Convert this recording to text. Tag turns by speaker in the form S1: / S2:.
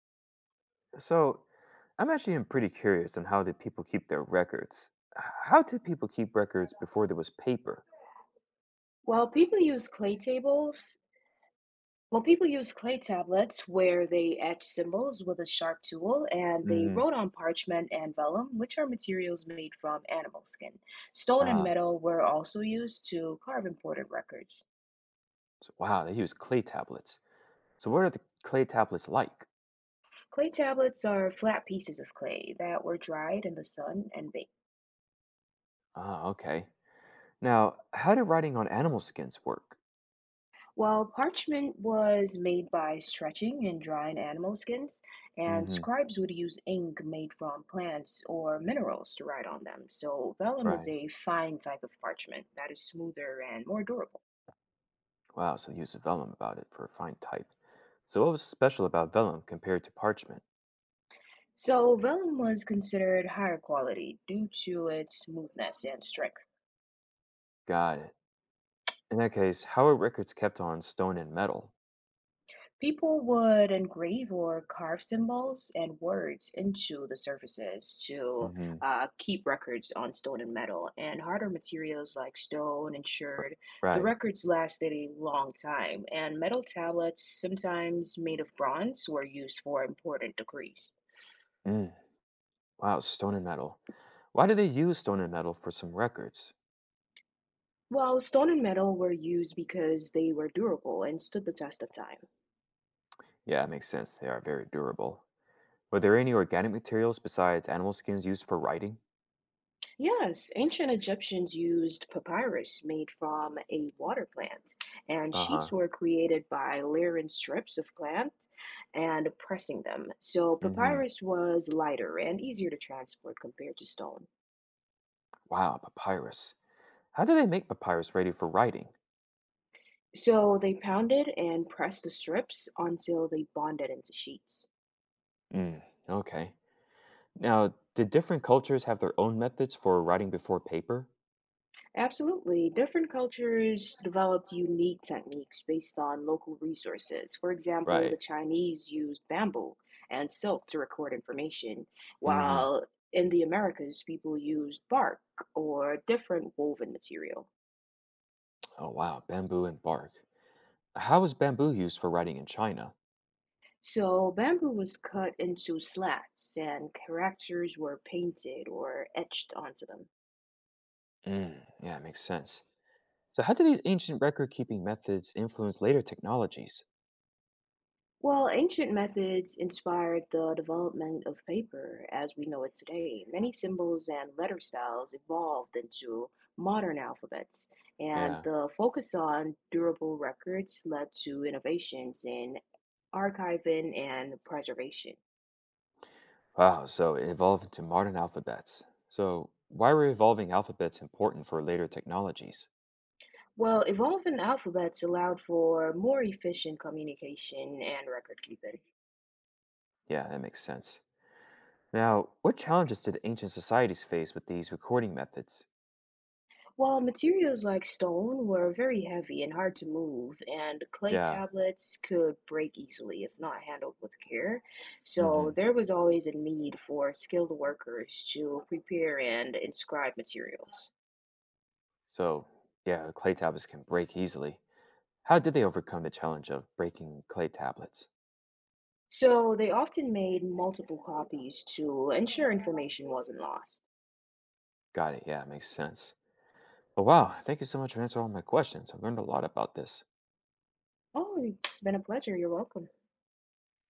S1: So, I'm actually am pretty curious on how the people keep their records. How did people keep records before there was paper?
S2: While people use clay tables, well, people use clay tablets where they etch symbols with a sharp tool and they
S1: Hmm.
S2: wrote on parchment and vellum, which are materials made from animal skin. Stone and
S1: Uh,
S2: metal were also used to carve important records.
S1: wow, they used clay tablets. So, what are the clay tablets like?
S2: Clay tablets are flat pieces of clay that were dried in the sun and baked.
S1: Ah, okay. Now, how did writing on animal skins work?
S2: While parchment was made by stretching and drying animal skins, and
S1: Hmm.
S2: scribes would use ink made from plants or minerals to write on them. So vellum is
S1: Right.
S2: a fine type of parchment that is smoother and more durable.
S1: Wow, so they used vellum about it for a fine type. So, what was special about vellum compared to parchment?
S2: So vellum was considered higher quality due to its smoothness and strength.
S1: Got it. In that case, how are records kept on stone and metal?
S2: People would engrave or carve symbols and words into the surfaces to
S1: Hmm.
S2: keep records on stone and metal, and harder materials like stone ensured the
S1: Right.
S2: records lasted a long time, and metal tablets, sometimes made of bronze, were used for important decrees.
S1: Mm. Wow, stone and metal. Why do they use stone and metal for some records?
S2: While stone and metal were used because they were durable and stood the test of time.
S1: Yeah, it makes sense. They are very durable. Were there any organic materials besides animal skins used for writing?
S2: Yes, ancient Egyptians used papyrus made from a water plant, and
S1: Uh huh.
S2: sheets were created by layering strips of plant and pressing them. So
S1: Mm hmm.
S2: papyrus was lighter and easier to transport compared to stone.
S1: Wow, papyrus. How do they make papyrus ready for writing?
S2: So they pounded and pressed the strips until they bonded into sheets.
S1: Mm, okay. Now, did different cultures have their own methods for writing before paper?
S2: Absolutely. Different cultures developed unique techniques based on local resources. For example,
S1: Right.
S2: the Chinese used bamboo and silk to record information,
S1: Mm hmm.
S2: while in the Americas, people used bark or different woven material.
S1: Oh, wow, bamboo and bark. How was bamboo used for writing in China?
S2: So, bamboo was cut into slats and characters were painted or etched onto them.
S1: Mm, yeah, it makes sense. So, how do these ancient record keeping methods influence later technologies?
S2: Well, ancient methods inspired the development of paper as we know it today. Many symbols and letter styles evolved into modern alphabets, and
S1: Yeah.
S2: the focus on durable records led to innovations in archiving and preservation.
S1: Wow. So, it evolved into modern alphabets. So, why were evolving alphabets important for later technologies?
S2: Well, evolving alphabets allowed for more efficient communication and record keeping.
S1: Yeah, that makes sense. Now, what challenges did ancient societies face with these recording methods?
S2: While materials like stone were very heavy and hard to move, and clay
S1: Yeah.
S2: tablets could break easily if not handled with care, so
S1: Hmm.
S2: there was always a need for skilled workers to prepare and inscribe materials.
S1: So, yeah, clay tablets can break easily. How did they overcome the challenge of breaking clay tablets?
S2: So they often made multiple copies to ensure information wasn't lost.
S1: Got it. Yeah, makes sense. Oh, wow. Thank you so much for answering all my questions. I've learned a lot about this.
S2: Oh, it's been a pleasure. You're welcome.